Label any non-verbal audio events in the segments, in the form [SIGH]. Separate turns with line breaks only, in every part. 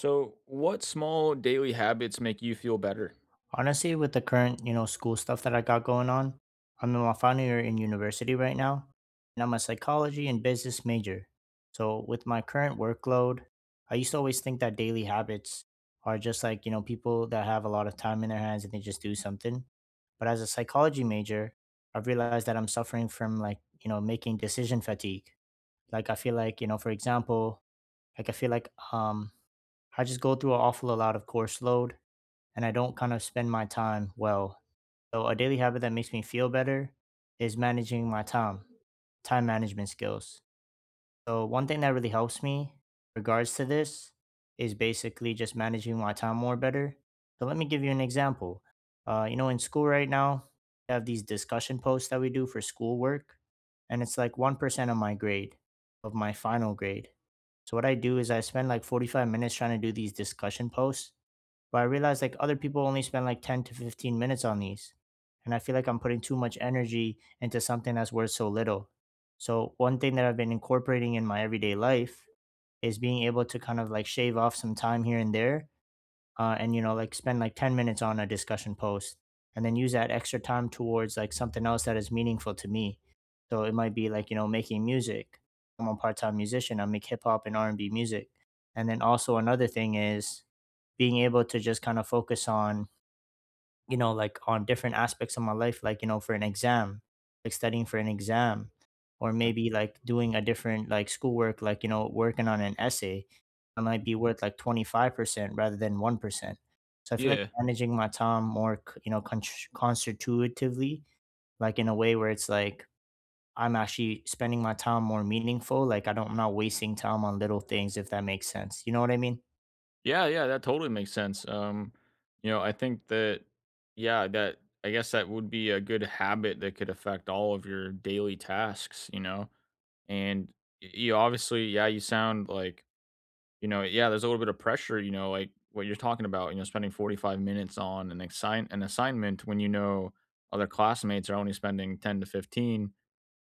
So, what small daily habits make you feel better?
Honestly, with the current school stuff that I got going on, I'm in my final year in university right now, and I'm a psychology and business major. So, with my current workload, I used to always think that daily habits are just like, people that have a lot of time in their hands and they just do something. But as a psychology major, I've realized that I'm suffering from like, making decision fatigue. Like, I feel like, you know, for example, like I feel like I just go through an awful lot of course load and I don't kind of spend my time well. So a daily habit that makes me feel better is managing my time, time management skills. So one thing that really helps me in regards to this is basically just managing my time more better. So let me give you an example. You know, in school right now, we have these discussion posts that we do for schoolwork, and it's like 1% of my final grade. So what I do is I spend like 45 minutes trying to do these discussion posts, but I realized like other people only spend like 10 to 15 minutes on these. And I feel like I'm putting too much energy into something that's worth so little. So, one thing that I've been incorporating in my everyday life is being able to kind of like shave off some time here and there, and, you know, like spend like 10 minutes on a discussion post and then use that extra time towards like something else that is meaningful to me. So, it might be like, you know, making music. I'm a part time musician. I make hip hop and R&B music. And then also another thing is being able to just kind of focus on, you know, like on different aspects of my life, like, you know, for an exam, like studying for an exam, or maybe like doing a different like schoolwork, like, you know, working on an essay. I might be worth like 25% rather than 1%. So I feel like
Yeah.
managing my time more constitutively, like in a way where it's like I'm actually spending my time more meaningful. Like I'm not wasting time on little things, if that makes sense, you know what I mean.
Yeah, yeah, that totally makes sense. You know, I think that yeah, that I guess that would be a good habit that could affect all of your daily tasks, you know. And you obviously, yeah, you sound like, you know, yeah, there's a little bit of pressure, you know, like what you're talking about, you know, spending 45 minutes on an assignment when you know other classmates are only spending 10 to 15.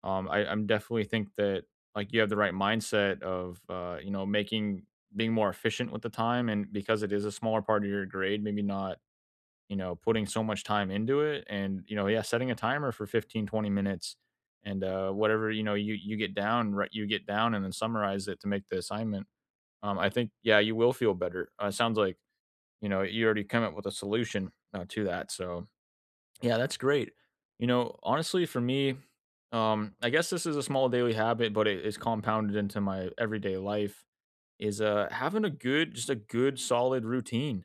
I'm definitely think that, like, you have the right mindset of, you know, making being more efficient with the time, and because it is a smaller part of your grade, maybe not, you know, putting so much time into it and, you know, yeah, setting a timer for 15 to 20 minutes and whatever, you know, you get down, right, you get down and then summarize it to make the assignment. I think yeah, you will feel better. Sounds like, you know, you already come up with a solution to that. So yeah, that's great. You know, honestly, for me, I guess this is a small daily habit, but it is compounded into my everyday life. Is having a good, just a good, solid routine.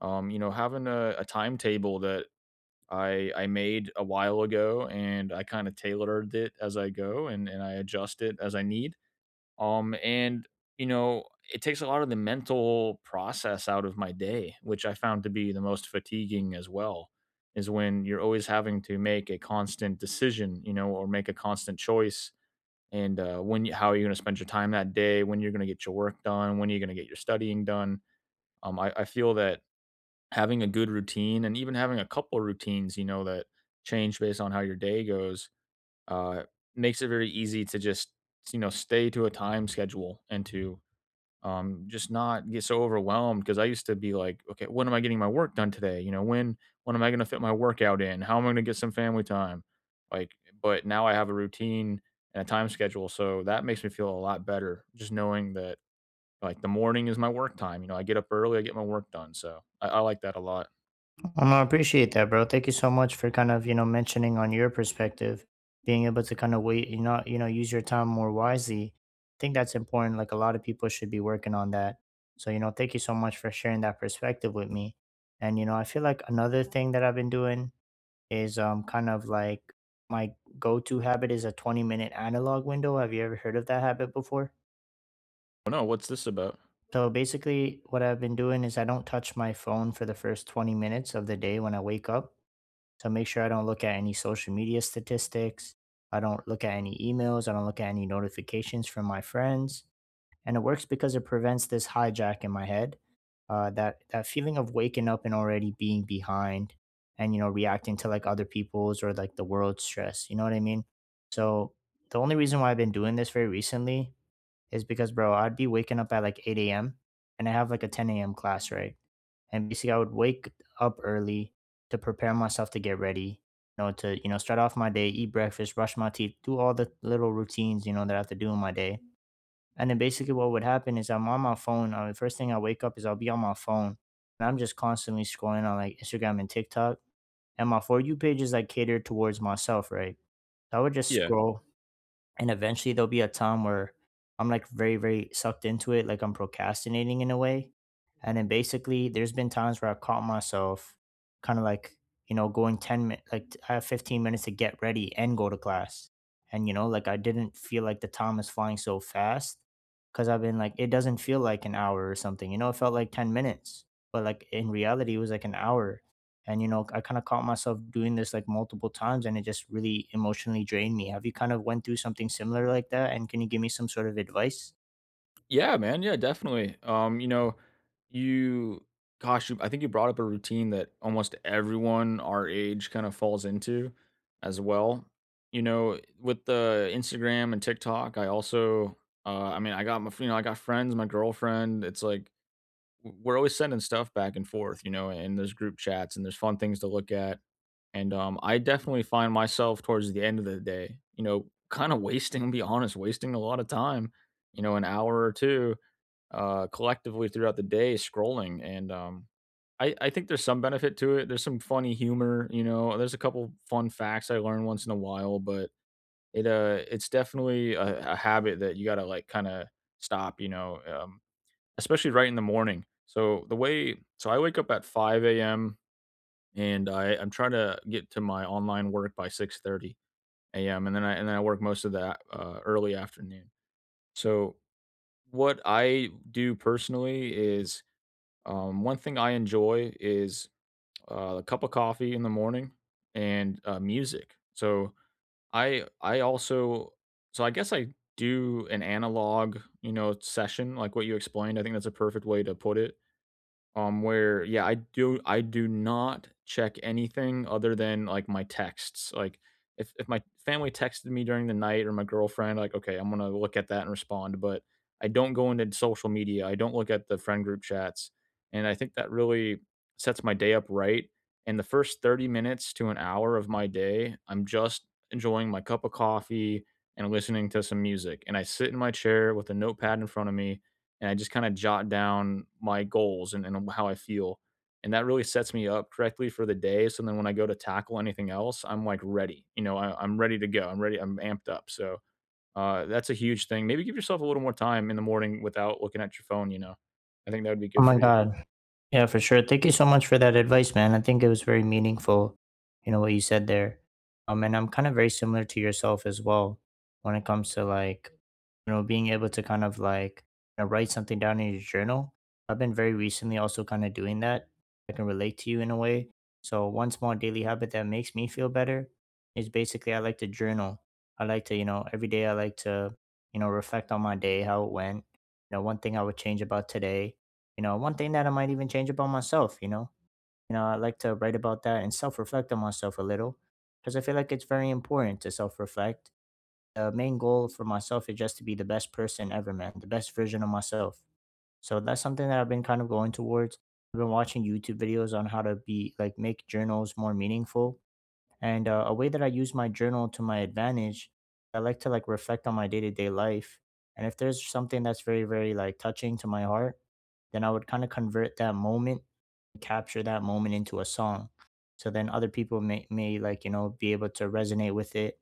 You know, having a timetable that I made a while ago, and I kind of tailored it as I go, and I adjust it as I need. And you know, it takes a lot of the mental process out of my day, which I found to be the most fatiguing as well, is when you're always having to make a constant decision, you know, or make a constant choice. And when you, how are you going to spend your time that day? When you're going to get your work done? When are you going to get your studying done? I feel that having a good routine and even having a couple routines, you know, that change based on how your day goes, uh, makes it very easy to just you know stay to a time schedule and to just not get so overwhelmed, because I used to be like, okay, when am I getting my work done today? You know, when am I going to fit my workout in? How am I going to get some family time? Like, but now I have a routine and a time schedule, so that makes me feel a lot better. Just knowing that like the morning is my work time. You know, I get up early, I get my work done. So I like that a lot.
I appreciate that, bro. Thank you so much for kind of, you know, mentioning on your perspective, being able to kind of wait, you know, use your time more wisely. I think that's important. Like a lot of people should be working on that. So, you know, thank you so much for sharing that perspective with me. And, you know, I feel like another thing that I've been doing is kind of like my go-to habit is a 20-minute analog window. Have you ever heard of that habit before?
Oh no, what's this about?
So basically, what I've been doing is I don't touch my phone for the first 20 minutes of the day when I wake up. So, make sure I don't look at any social media statistics. I don't look at any emails. I don't look at any notifications from my friends. And it works because it prevents this hijack in my head. That feeling of waking up and already being behind, and, you know, reacting to like other people's or like the world's stress. You know what I mean? So the only reason why I've been doing this very recently is because, bro, I'd be waking up at like 8 a.m. and I have like a 10 a.m. class, right? And basically, I would wake up early to prepare myself to get ready, you know, to, you know, start off my day, eat breakfast, brush my teeth, do all the little routines, you know, that I have to do in my day. And then basically, what would happen is I'm on my phone. The first thing I wake up is I'll be on my phone and I'm just constantly scrolling on like Instagram and TikTok. And my For You page is like catered towards myself, right? So I would just
Yeah.
scroll, and eventually there'll be a time where I'm like very, very sucked into it, like I'm procrastinating in a way. And then basically, there's been times where I caught myself kind of like, you know, going 10 minutes, like I have 15 minutes to get ready and go to class, and, you know, like I didn't feel like the time is flying so fast, because I've been like, it doesn't feel like an hour or something, you know, it felt like 10 minutes, but like in reality it was like an hour. And, you know, I kind of caught myself doing this like multiple times and it just really emotionally drained me. Have you kind of went through something similar like that, and can you give me some sort of advice?
Yeah, man. Yeah, definitely. You know, you gosh, I think you brought up a routine that almost everyone our age kind of falls into as well. You know, with the Instagram and TikTok, I also I mean, I got my you know, I got friends, my girlfriend. It's like we're always sending stuff back and forth, you know, and there's group chats and there's fun things to look at. And I definitely find myself towards the end of the day, you know, kind of [LAUGHS] wasting, I'll be honest, wasting a lot of time you know, an hour or two collectively throughout the day scrolling. And I think there's some benefit to it. There's some funny humor, you know. There's a couple fun facts I learn once in a while, but it's definitely a habit that you gotta like kind of stop, you know, especially right in the morning. So the way so I wake up at 5 a.m., and I'm trying to get to my online work by 6:30 a.m., and then I work most of that early afternoon. So what I do personally is one thing I enjoy is a cup of coffee in the morning and music. So I also so I guess I do an analog you know session like what you explained. I think that's a perfect way to put it, where yeah, I do not check anything other than, like, my texts, like, if my family texted me during the night or my girlfriend, like, okay, I'm gonna look at that and respond, but I don't go into social media, I don't look at the friend group chats, and I think that really sets my day up right, and the first 30 minutes to an hour of my day, I'm just enjoying my cup of coffee and listening to some music, and I sit in my chair with a notepad in front of me, and I just kinda jot down my goals and how I feel, and that really sets me up correctly for the day, so then when I go to tackle anything else, I'm, like, ready, you know, I'm ready to go, I'm amped up, so, that's a huge thing. Maybe give yourself a little more time in the morning without looking at your phone, you know? I think that would be
Oh
good
my
for you.
God. Yeah, for sure. Thank you so much for that advice, man. I think it was very meaningful, you know, what you said there. And I'm kind of very similar to yourself as well when it comes to like, you know, being able to kind of like, you know, write something down in your journal. I've been very recently also kind of doing that. I can relate to you in a way. So one small daily habit that makes me feel better is basically I like to journal. I like to, you know, every day I like to, you know, reflect on my day, how it went. You know, one thing I would change about today, you know, one thing that I might even change about myself, you know, I like to write about that and self-reflect on myself a little, because I feel like it's very important to self-reflect. The main goal for myself is just to be the best person ever, man, the best version of myself. So that's something that I've been kind of going towards. I've been watching YouTube videos on how to be like, make journals more meaningful. And a way that I use my journal to my advantage, I like to like reflect on my day-to-day life, and if there's something that's very, very like touching to my heart, then I would kind of convert that moment capture that moment into a song, so then other people may like, you know, be able to resonate with it.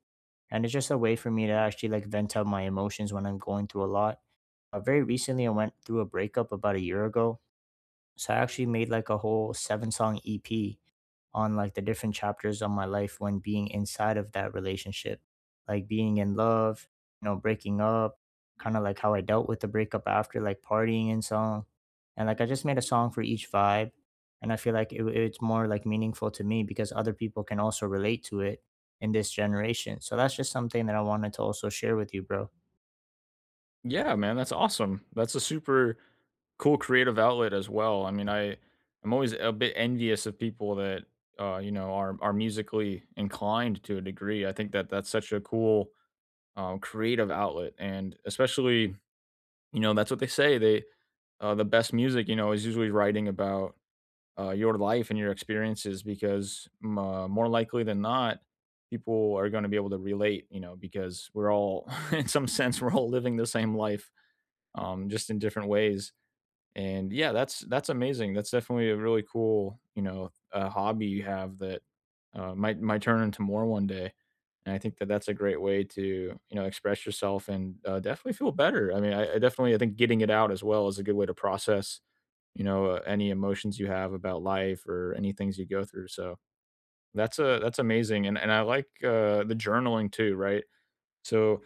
And it's just a way for me to actually like vent out my emotions when I'm going through a lot. Very recently, I went through a breakup about a year ago, so I actually made like a whole seven song EP on like the different chapters of my life when being inside of that relationship, like being in love, you know, breaking up, kind of like how I dealt with the breakup after, like partying and song. And like I just made a song for each vibe. And I feel like it's more like meaningful to me because other people can also relate to it in this generation. So that's just something that I wanted to also share with you, bro.
Yeah, man, that's awesome, that's a super cool creative outlet as well. I mean, I'm always a bit envious of people that, you know, are musically inclined to a degree. I think that that's such a cool, creative outlet. And especially, you know, that's what they say. The best music, you know, is usually writing about your life and your experiences, because more likely than not, people are going to be able to relate. You know, because we're all, [LAUGHS] in some sense, we're all living the same life, just in different ways. And yeah, that's amazing. That's definitely a really cool, you know, hobby you have that, might turn into more one day. And I think that that's a great way to you know express yourself and, definitely feel better. I mean, I definitely I think getting it out as well is a good way to process you know any emotions you have about life or any things you go through. So that's amazing, and I like, the journaling too, right? So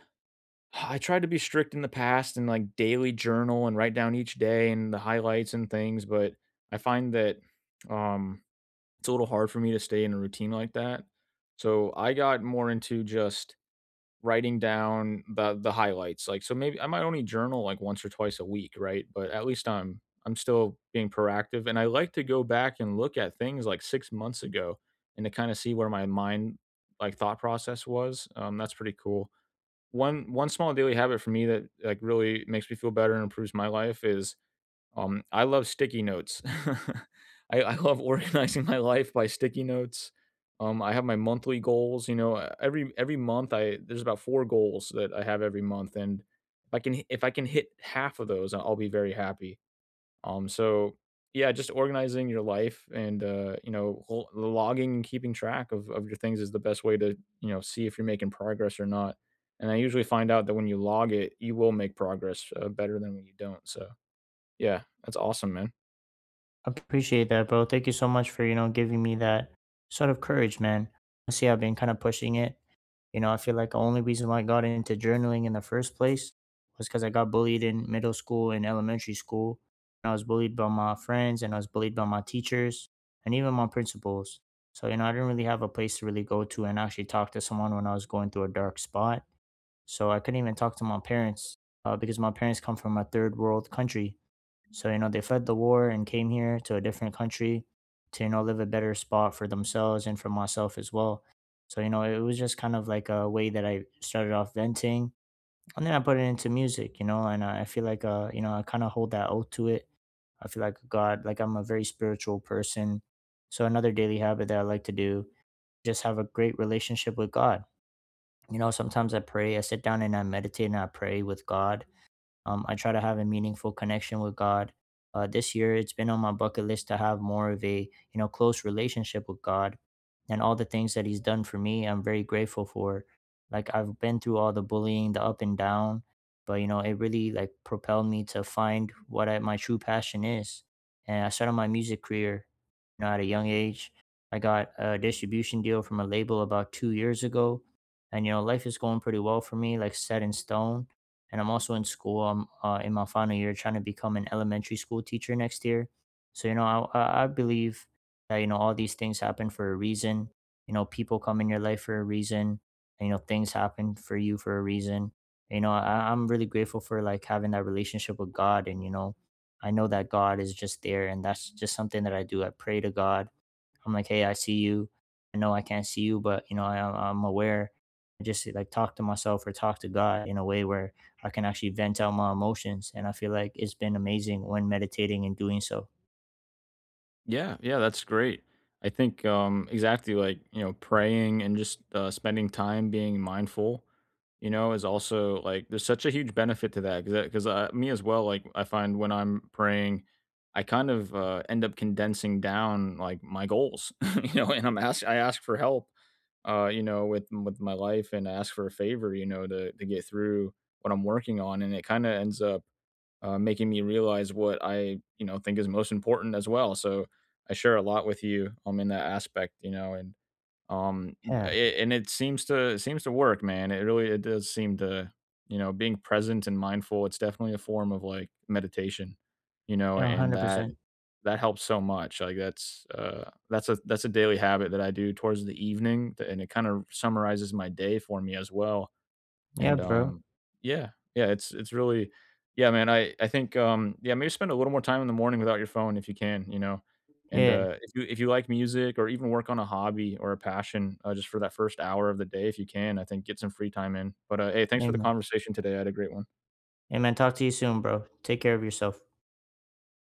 I tried to be strict in the past and like daily journal and write down each day and the highlights and things, but I find that um it's a little hard for me to stay in a routine like that. So I got more into just writing down the highlights. Like so maybe I might only journal like once or twice a week, right? But at least I'm still being proactive, and I like to go back and look at things like 6 months ago and to kind of see where my mind like thought process was. That's pretty cool. one one small daily habit for me that, like, really makes me feel better and improves my life is, I love sticky notes. [LAUGHS] I love organizing my life by sticky notes. I have my monthly goals, you know, every month I there's about 4 goals that I have every month, and if I can hit half of those, I'll be very happy. So yeah, just organizing your life and, you know, logging and keeping track of your things is the best way to, you know, see if you're making progress or not. And I usually find out that when you log it, you will make progress better than when you don't. So yeah, that's awesome, man.
Appreciate that, bro. Thank you so much for, you know, giving me that sort of courage, man. See, I've been kind of pushing it. You know, I feel like the only reason why I got into journaling in the first place was because I got bullied in middle school and elementary school. And I was bullied by my friends and I was bullied by my teachers and even my principals. So, you know, I didn't really have a place to really go to and actually talk to someone when I was going through a dark spot. So I couldn't even talk to my parents, because my parents come from a third world country. So, you know, they fled the war and came here to a different country to, you know, live a better spot for themselves and for myself as well. So, you know, it was just kind of like a way that I started off venting and then I put it into music, you know, and I feel like, you know, I kind of hold that oath to it. I feel like God, like I'm a very spiritual person. So, another daily habit that I like to do, just have a great relationship with God. You know, sometimes I pray, I sit down and I meditate and I pray with God. I try to have a meaningful connection with God. This year, it's been on my bucket list to have more of a, you know, close relationship with God, and all the things that He's done for me, I'm very grateful for. Like I've been through all the bullying, the up and down, but you know, it really like propelled me to find my true passion is. And I started my music career, you know, at a young age. I got a distribution deal from a label about 2 years ago, and you know, life is going pretty well for me, like set in stone, and I'm also in school. I'm in my final year trying to become an elementary school teacher next year. So you know, I believe that, you know, all these things happen for a reason. You know, people come in your life for a reason. And, you know, things happen for you for a reason. You know, I'm really grateful for like having that relationship with God, and, you know, I know that God is just there, and that's just something that I do. I pray to God, I'm like, hey, I see you. I know I can't see you, but you know, I'm aware. I just like talk to myself or talk to God in a way where I can actually vent out my emotions. And I feel like it's been amazing when meditating and doing so.
Yeah, yeah, that's great. I think exactly like, you know, praying and just, spending time being mindful, you know, is also like there's such a huge benefit to that, because, me as well, like I find when I'm praying I kind of end up condensing down like my goals, [LAUGHS] you know, and I ask for help you know with my life, and I ask for a favor, you know, to get through what I'm working on, and it kind of ends up, making me realize what I, you know, think is most important as well. So I share a lot with you in that aspect, you know, and um
Yeah.
it, and it seems to work, man. It really it does seem to, you know, being present and mindful, it's definitely a form of like meditation, you know,
Yeah,
and
100%.
that helps so much. Like that's a daily habit that I do towards the evening and it kind of summarizes my day for me as well.
Yeah,
And,
bro.
yeah, yeah, it's really yeah, man, I think, yeah, maybe spend a little more time in the morning without your phone if you can, you know? And,
Yeah.
if you like music or even work on a hobby or a passion, just for that first hour of the day if you can, I think get some free time in. But, hey, thanks for the
Amen.
conversation today. I had a great one.
Amen. Talk to you soon, bro. Take care of yourself.